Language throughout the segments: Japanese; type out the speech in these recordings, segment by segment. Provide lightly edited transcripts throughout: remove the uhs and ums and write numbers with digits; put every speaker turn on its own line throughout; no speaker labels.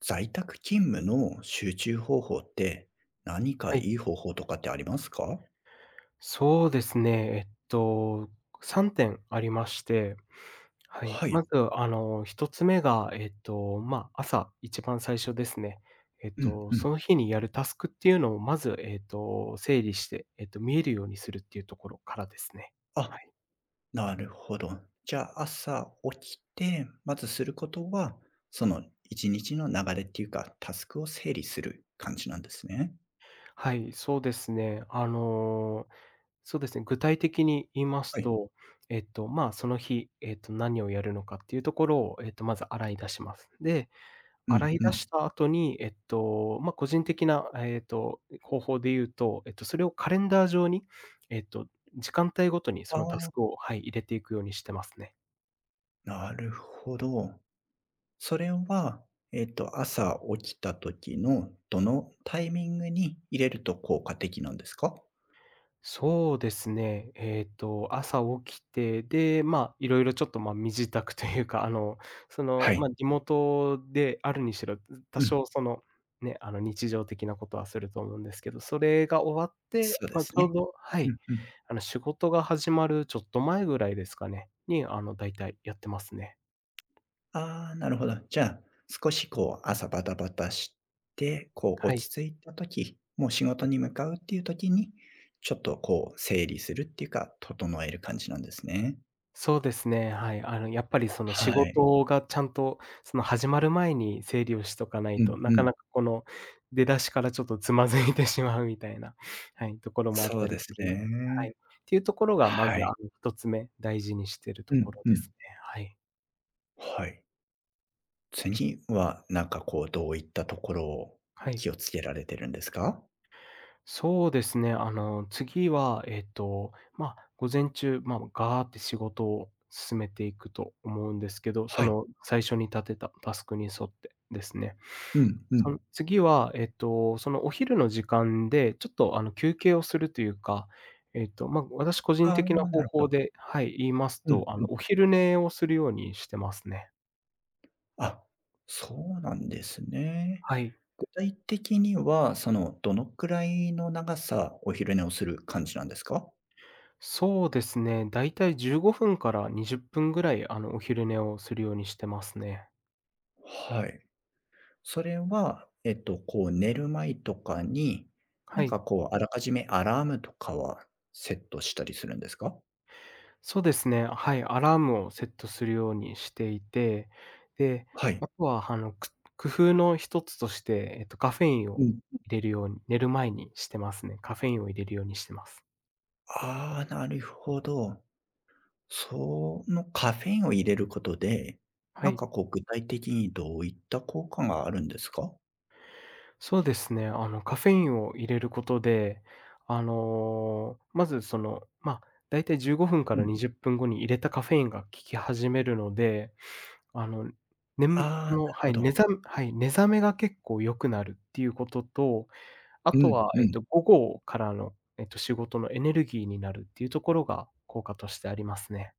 在宅勤務の集中方法って、何
は
か
い、
いい方法とかってありますか？
そうですね。えっと、3点ありまして、はい。
は
ま
い。
ず、1つ目が、朝、一番最初ですね。
うんう
そ
ん。
の日にやるタスクっていうのをまず、整理して、見えるようにするっていうところからですね。は
あ、
い。
なるほど。じゃあ、朝起きて、まずすることは、その1日の流れっていうか、タスクを整理する感じなんですね。
はい、そうですね。そうですね、具体的に言います
はい。
と、その日、何をやるのかっていうところを、まず洗い出します。で、
う
洗
ん
い
う
出
ん。
した後に、個人的な、方法で言うと、それをカレンダー上に、えっと、時間帯ごとに
あ
そのタス
あ、
クを、はい、入れていくようにしてますね。
なるほど。それは、朝起きた時のどのタイミングに入れると効果的なんですか？
そうですね。朝起きて、で、まあ、いろいろちょっと、まあ、身支度というか、
はい。
リモートであるにしろ、多
うん、
少その、ね、日常的なことはすると思うんですけど、それが終わって、
そうで
まあ、ち
す
ょう
ね。
どは
う
い、
んうん。
仕事が始まるちょっと前ぐらいですかね、に、だいたいやってますね。
ああ、なるほど。じゃあ、少しこう朝バタバタして、こう
はい。
落ち着いた時、もう仕事に向かうっていう時に、ちょっとこう整理するっていうか、整える感じなんですね。
そうですね、はい。やっぱりその仕
はい。
事がちゃんと、その始まる前に整理をしとかない
う
と、
ん
な
う
か
ん。
なかこの出だしからちょっとつまずいてしまうみたいな、はい、ところもあっ
そ
た
う
り
です
するので、はい。っ
ね。
ていうところがまず、
はい。
1つ目、大事にしてると
う
こ
ん
ろ
う
です
ん。
ね。はい。
はい。次はなんかこうどういったところを
はい。
気をつけられてるんですか？
そうですね。次は、午前中、まあ、ガーって仕事を進めていくと思うんですけど、そ
はい。
の最初に立てたタスクに沿ってですね。
うんう
その
ん。
次は、そのお昼の時間で、ちょっと休憩をするというか、私個人
ああ、
的な方
なるほ
法
ど。
で、はい、言います
うん
と、
うん。
お昼寝をするようにしてますね。
あ、そうなんですね。
はい。
具体的には、その、どのくらいの長さ、お昼寝をする感じなんですか？
そうですね。だいたい15分から20分ぐらい、お昼寝をするようにしてますね。
はい。それは、こう、寝る前とかに、な
は
ん
い、
か、こう、あらかじめアラームとかはセットしたりするんですか？
そうですね。はい、アラームをセットするようにしていて、で、
はい。
あとは、工夫の一つとして、カフェイン
う
を
ん。
入れるように寝る前にしてますね。カフェインを入れるようにしてます。
ああ、なるほど。そのカフェインを入れることで、
は
なん
い。
か、こう、具体的にどういった効果があるんですか？
そうですね。カフェインを入れることで、まず、その、まあ、だいたい15分か
う
ら
ん。
20分後に入れたカフェインが効き始めるので、あの、ねむこ
ああ、なる
の、は
ほ
い、
ど。
はい、寝覚めが結構良くなるっていうことと、あ
う
と
ん
は、
うん。
午後からの、仕事のエネルギーになるっていうところが効果としてありますね。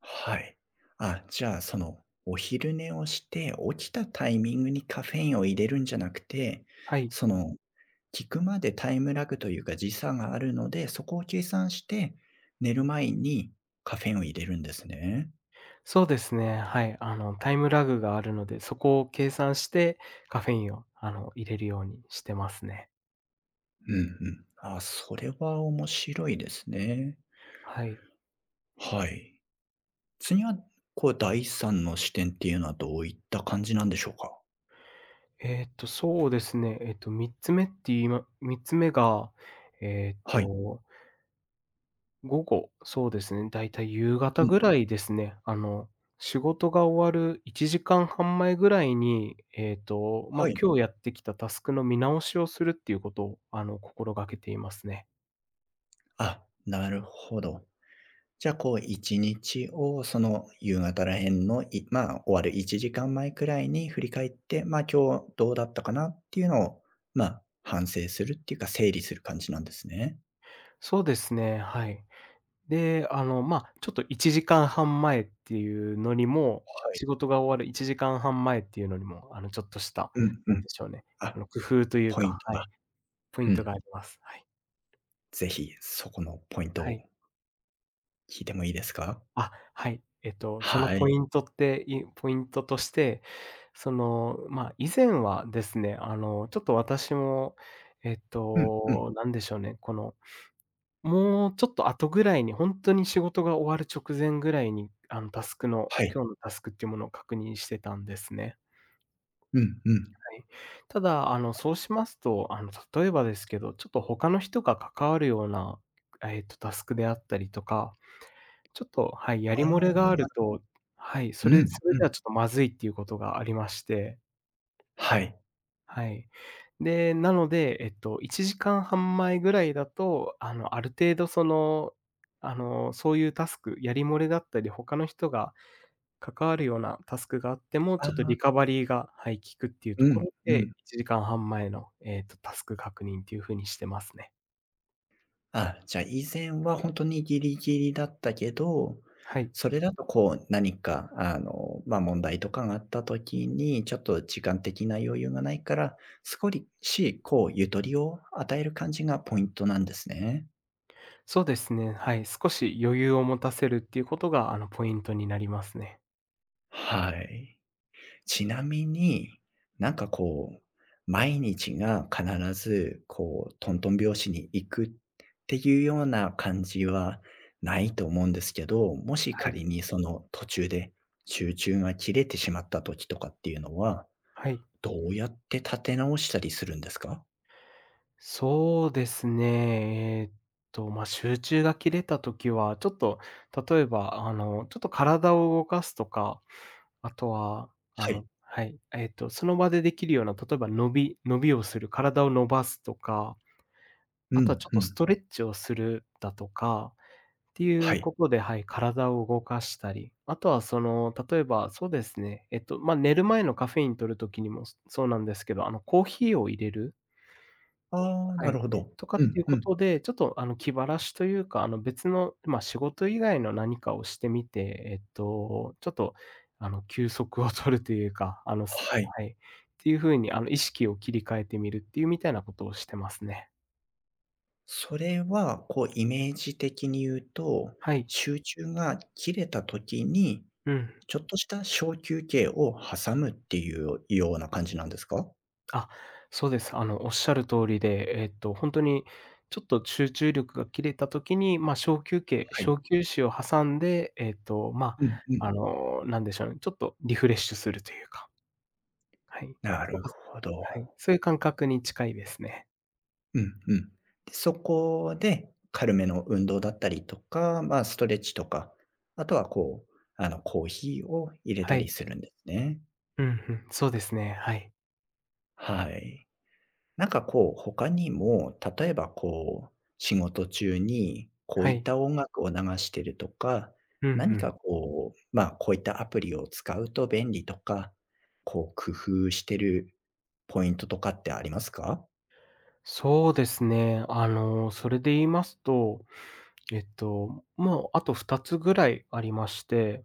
はい。あ、じゃあ、その、お昼寝をして、起きたタイミングにカフェインを入れるんじゃなくて、
はい。
その、聞くまでタイムラグというか時差があるので、そこを計算して、寝る前にカフェインを入れるんですね。
そうですね、はい。タイムラグがあるので、そこを計算して、カフェインを、入れるようにしてますね。
うんうん。あ、それは面白いですね。
はい。
はい。次は、こう、第三の視点っていうのはどういった感じなんでしょうか？
そうですね、3つ目って言いまみっつ目が、えーっ
はい。
と午後、そうですね、だいたい夕方
う
ぐ
ん。
らいですね。仕事が終わる1時間半前ぐらいに、
はい。
今日やってきたタスクの見直しをするっていうことを、心がけていますね。
あ、なるほど。じゃあ、こう1日をその夕方らへんの、まあ、終わる1時間前くらいに振り返って、まあ、今日どうだったかなっていうのを、まあ、反省するっていうか、整理する感じなんですね。
そうですね、はい。で、ちょっと1時間半前っていうのにも、
はい。
仕事が終わる1時間半前っていうのにも、ちょっとした、
うんう
なん
ん。
でしょうね、
あ、
工夫という
ポイン
か、
ト
は
が。
い、ポイン
う
ト
ん。
があります。はい。
ぜひそこのポイント
は
を
い。
聞いてもいいですか？
あ、はい。その
は
ポ
い。
イントって、ポイントとして、その、まあ、以前はですね、ちょっと私も、
うんうん。
なんでしょうね、この、もうちょっと後ぐらいに、本当に仕事が終わる直前ぐらいに、タスクの
はい。
今日のタスクっていうものを確認してたんですね。
うんうん。
はい。ただ、そうしますと、例えばですけど、ちょっと他の人が関わるような、タスクであったりとか、ちょっと、はい、や
あ
り
あ、
漏れがあると、はい、そ
う
れ
ん
それ
う
で
ん。
はちょっとまずいっていうことがありまして、
はい。
はい。で、なので、1時間半前ぐらいだと、ある程度その、そういうタスク、やり漏れだったり、他の人が関わるようなタスクがあっても、
あ
ちょっと
あ、
リカバリーが、はい、効くっていう
う
とこ
ん
ろ
う
で、
ん。
1時間半前の、タスク確認っていう風にしてますね。
あ、じゃあ以前は本当にギリギリだったけど、
はい。
それだとこう何か問題とかがあった時に、ちょっと時間的な余裕がないから、少しこうゆとりを与える感じがポイントなんですね。
そうですね、はい、少し余裕を持たせるっていうことが、ポイントになりますね。
はい。ちなみに、なんかこう、毎日が必ずこう、とんとん拍子に行くっていうような感じはないと思うんですけど、もし
はい。
仮にその途中で集中が切れてしまった時とかっていうのは、
はい、
どうやって立て直したりするんですか？
そうですね。集中が切れた時は、ちょっと例えば、ちょっと体を動かすとか、あとは、
はい。
その場でできるような、例えば伸び伸びをする、体を伸ばすとか、
う
あとは
ん
ちょっ
う
とス
ん。
トレッチをするだとかってい
は
う
い。
ことで、はい、体を動かしたり、あとはその、例えばそうですね、寝る前のカフェイン取る時にもそうなんですけど、コーヒーを入れる
ああ、
は
な
い。
るほど。
とか
う
ってい
ん
うこ
うん。
とで、ちょっと気晴らしというか、あの別の、まあ、仕事以外の何かをしてみて、ちょっとあの休息を取るというか、あのす
はい。
はい。っていう風にあの意識を切り替えてみるっていうみたいなことをしてますね。
それはこうイメージ的に言うと、
はい。
集中が切れた時に
うん。
ちょっとした小休憩を挟むっていうような感じなんですか？
あ、そうです。あのおっしゃる通りで、えっと本当にちょっと集中力が切れたときに、まあ、小休憩
はい。
小休止を挟んで、
うんうん。
なんでしょうね、ちょっとリフレッシュするというか。はい。なん
なる
か
ほど。
はい、そういう感覚に近いですね。
うんうん。で、そこで軽めの運動だったりとか、まあ、ストレッチとか、あとはこう、コーヒーを入れ
は
た
い。
りするんですね。
うんうん、そうですね。はい。
はい。なんかこう、他にも、例えばこう、仕事中にこ
は
ういっ
い。
た音楽を流してるとか、
うんう
何
ん。
かこう、まあ、こういったアプリを使うと便利とか、こう工夫してるポイントとかってありますか？
そうですね。それで言いますと、もうあと2つぐらいありまして、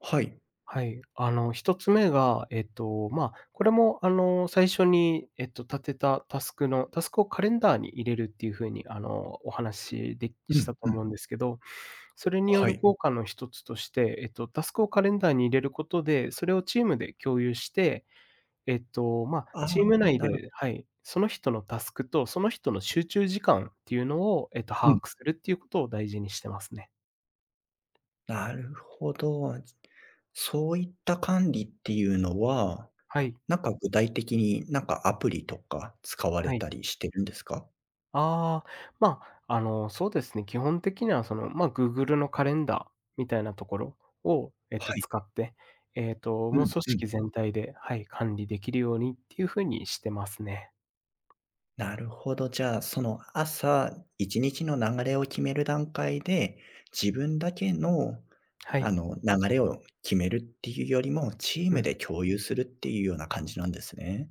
はい。
はい。1つ目が、これも、最初に、立てたタスクをカレンダーに入れるっていう風に、お話しで
う
し
ん
たと
う
思う
ん。
んですけど、それによ
は
る
い。
効果の一つとして、タスクをカレンダーに入れることで、それをチームで共有して、
ああ、
チーム内
なる
ではい、その人のタスクと、その人の集中時間っていうのを、
う
把
ん、
握するっていうことを大事にしてますね。
なるほど。そういった管理っていうのは、
はい、
なんか具体的になんかアプリとか使われ
はい。
たりしてるんですか？
ああ、まそうですね、基本的には、その、まあ、Google のカレンダーみたいなところを、
はい。
使って、
う
もう組
んうん。
織全体で、はい、管理できるようにっていう風にしてますね。
なるほど。じゃあ、その朝、1日の流れを決める段階で、自分だけの、
はい。
流れを決めるっていうよりも、チー
う
ム
ん。
で共有するっていうような感じなんですね。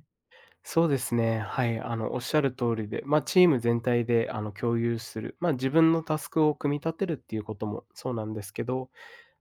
そうですね。はい。おっしゃる通りで、チーム全体で、共有する、自分のタスクを組み立てるっていうこともそうなんですけど、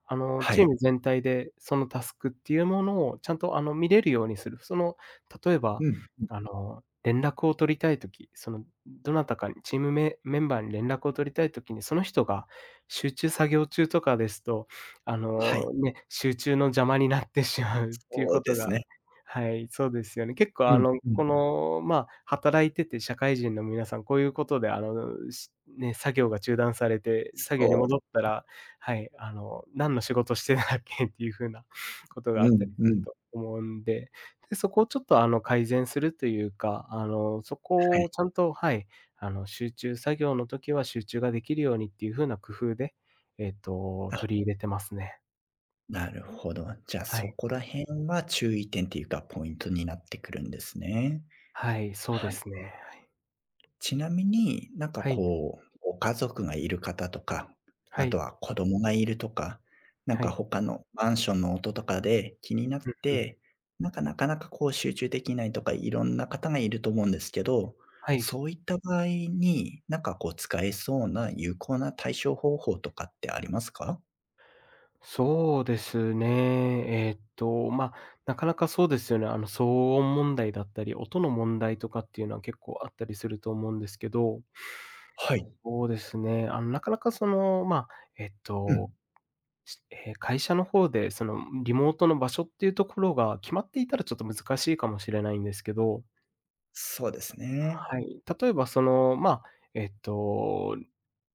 は
チー
い。
ム全体でそのタスクっていうものをちゃんと、見れるようにする。その、例えば、
うん、うん。
連絡を取りたいとき、その、どなたかにチームメメンバーに連絡を取りたいときに、その人が集中作業中とかですと、
はい。
ね、集中の邪魔になってしまうっていう
そ
こ
う
と
です
が、
ね。
はい、そうですよね。結構、
う
あ
ん、
の、
う
こ
ん。
の、まあ、働いてて社会人の皆さん、こういうことで、作業が中断されて、作業に
そうだ
戻ったら、はい、何の仕事してたっけっていう風なことがあ
う
ったり
ん、
す
う
る
ん。
と思うんで、で、そこをちょっと、改善するというか、そ
は
こを
い。
ちゃんと、はい、集中作業の時は集中ができるようにっていう風な工夫で、
あ、
取り入れてますね。
なるほど。じゃあ、
は
そ
い。
こら辺は注意点っていうか、ポイントになってくるんですね。
はい、そうで
はい。
すね。はい。
ちなみに、なんか
はい、
こう、ご家族がいる方とか、
は
あと
い、
は子供がいるとか、なん
は
か
い。
他のマンションの音とかで気になっ
うんうん。
て、なんかなかなかこう集中できないとか、いろんな方がいると思うんですけど、
はい。
そういった場合に、なんかこう使えそうな有効な対処方法とかってありますか？
そうですね。なかなかそうですよね。騒音問題だったり、音の問題とかっていうのは結構あったりすると思うんですけど、
はい。
そうですね、なかなかその、えっ
う
と、
ん。
会社の方で、その、リモートの場所っていうところが決まっていたらちょっと難しいかもしれないんですけど、
そうですね。
はい。例えばその、えっと、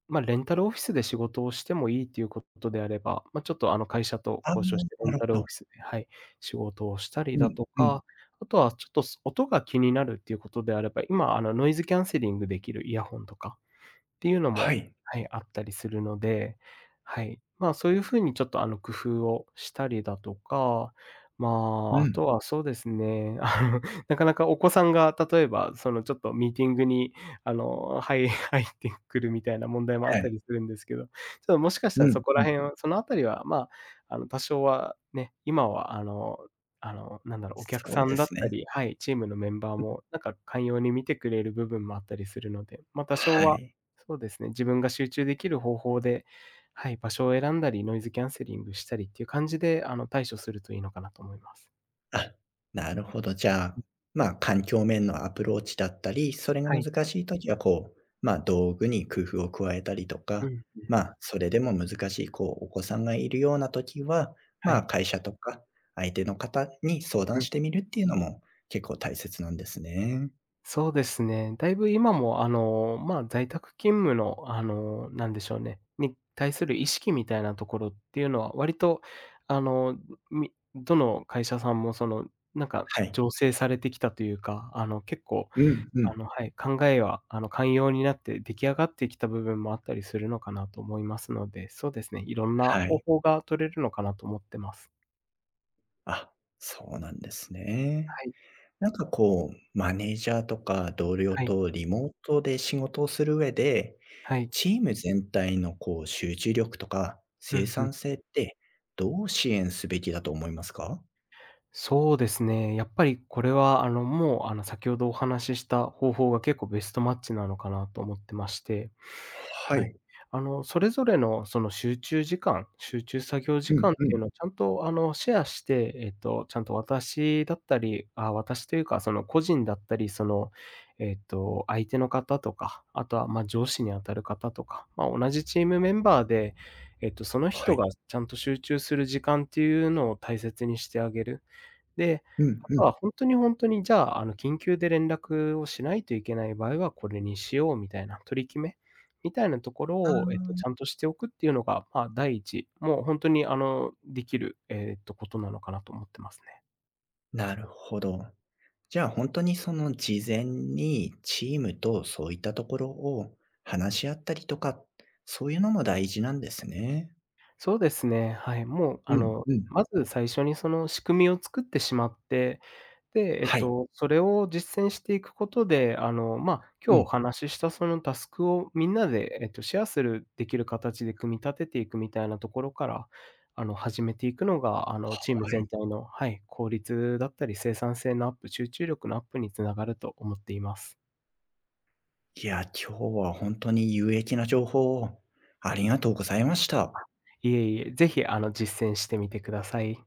レンタルオフィスで仕事をしてもいいということであれば、まあ、ちょっとあの会社と
ああ、
交渉してレ
な
ン
るほ
タルオフ
ど。
ィスで、はい、仕事をしたり
う
だ
ん、
と
うん。
か、あとはちょっと、す音が気になるっていうことであれば、今あのノイズキャンセリングできるイヤホンとかっていうのも、
はい。
はい、あったりするので、はい。まあ、そういう風にちょっと、工夫をしたりだとか、まあ、
う
あ
ん、
とはそうですね、なかなかお子さんが例えば、その、ちょっとミーティングに、はい、入ってくるみたいな問題もあっ
は
た
い。
りするんですけど、ちょっともしかした
う
らそ
ん、
こら
うん。
辺はそのあたりは、まあ、多少はね、今は、なんだろう、お客
そ
さ
う
ん
で
だっ
す
た
ね。
り、はい、チームのメンバー
うん。
も、なんか、寛容に見てくれる部分もあったりするので、まあ、多少
は
は
い。
そうですね、自分が集中できる方法で、はい、場所を選んだり、ノイズキャンセリングしたりっていう感じで、対処するといいのかなと思います。
あ、なるほど。じゃあ、まあ、環境面のアプローチだったり、それが
は
難
い。
しい時はこう、まあ、道具に工夫を加えたりと
う
か、
んう
ま
ん。
あ、それでも難しいこう、お子さんがいるような時は、
は
まあ、
い。
会社とか相手の方に相
う
談
ん。
してみるっていうのも結構大切なんですね。
そうですね。だいぶ今も、在宅勤務の、なんでしょうね、に対する意識みたいなところっていうのは、割と、あの、みどの会社さんも、その、なんか、
はい。
醸成されてきたというか、結構、
うんうん。
はい、考えは、寛容になって出来上がってきた部分もあったりするのかなと思いますので、そうですね、いろんな
は
方
い。
法が取れるのかなと思ってます。
あ、そうなんですね。
はい、
なんかこう、マネージャーとか同僚
はい、
とリモートで仕事をする上で、
はい。
チーム全体のこう集中力とか
う
生
んうん。
産性ってどう支援すべきだと思いますか？
そうですね。やっぱりこれは、あの、もう、あの、先ほどお話しした方法が結構ベストマッチなのかなと思ってまして。
は
は
い。
い。それぞれのその集中時間、集中作業時
う
間
ん
っ
う
ていう
ん。
のをちゃんと、シェアして、ちゃんと私だったり、あ、私というか、その個人だったり、その、相手の方とか、あとは、まあ、上司にあたる方とか、まあ、同じチームメンバーで、その
は
人
い。
がちゃんと集中する時間っていうのを大切にしてあげる。で、
うん
あ
う
と
ん。
は本当に本当に、じゃあ、緊急で連絡をしないといけない場合はこれにしようみたいな、取り決めみたいなところ
あ
を、
ー、
ちゃんとしておくっていうのが、まあ、第一、もう本当に、できる、ことなのかなと思ってますね。
なるほど。じゃあ本当にその事前にチームとそういったところを話し合ったりとか、そういうのも大事なんですね。
そうですね、はい。もう、
うんうん。
まず最初にその仕組みを作ってしまって、で、
はい。
それを実践していくことで、今
う
日お
ん。
話ししたそのタスクをみんなで、シェアするできる形で組み立てていくみたいなところから、始めていくのが、チーム
は
全
い。
体のはい、効率だったり生産性のアップ、集中力のアップにつながると思っています。
いや、今日は本当に有益な情報をありがとうございました。
いえいえ、ぜひ、実践してみてください。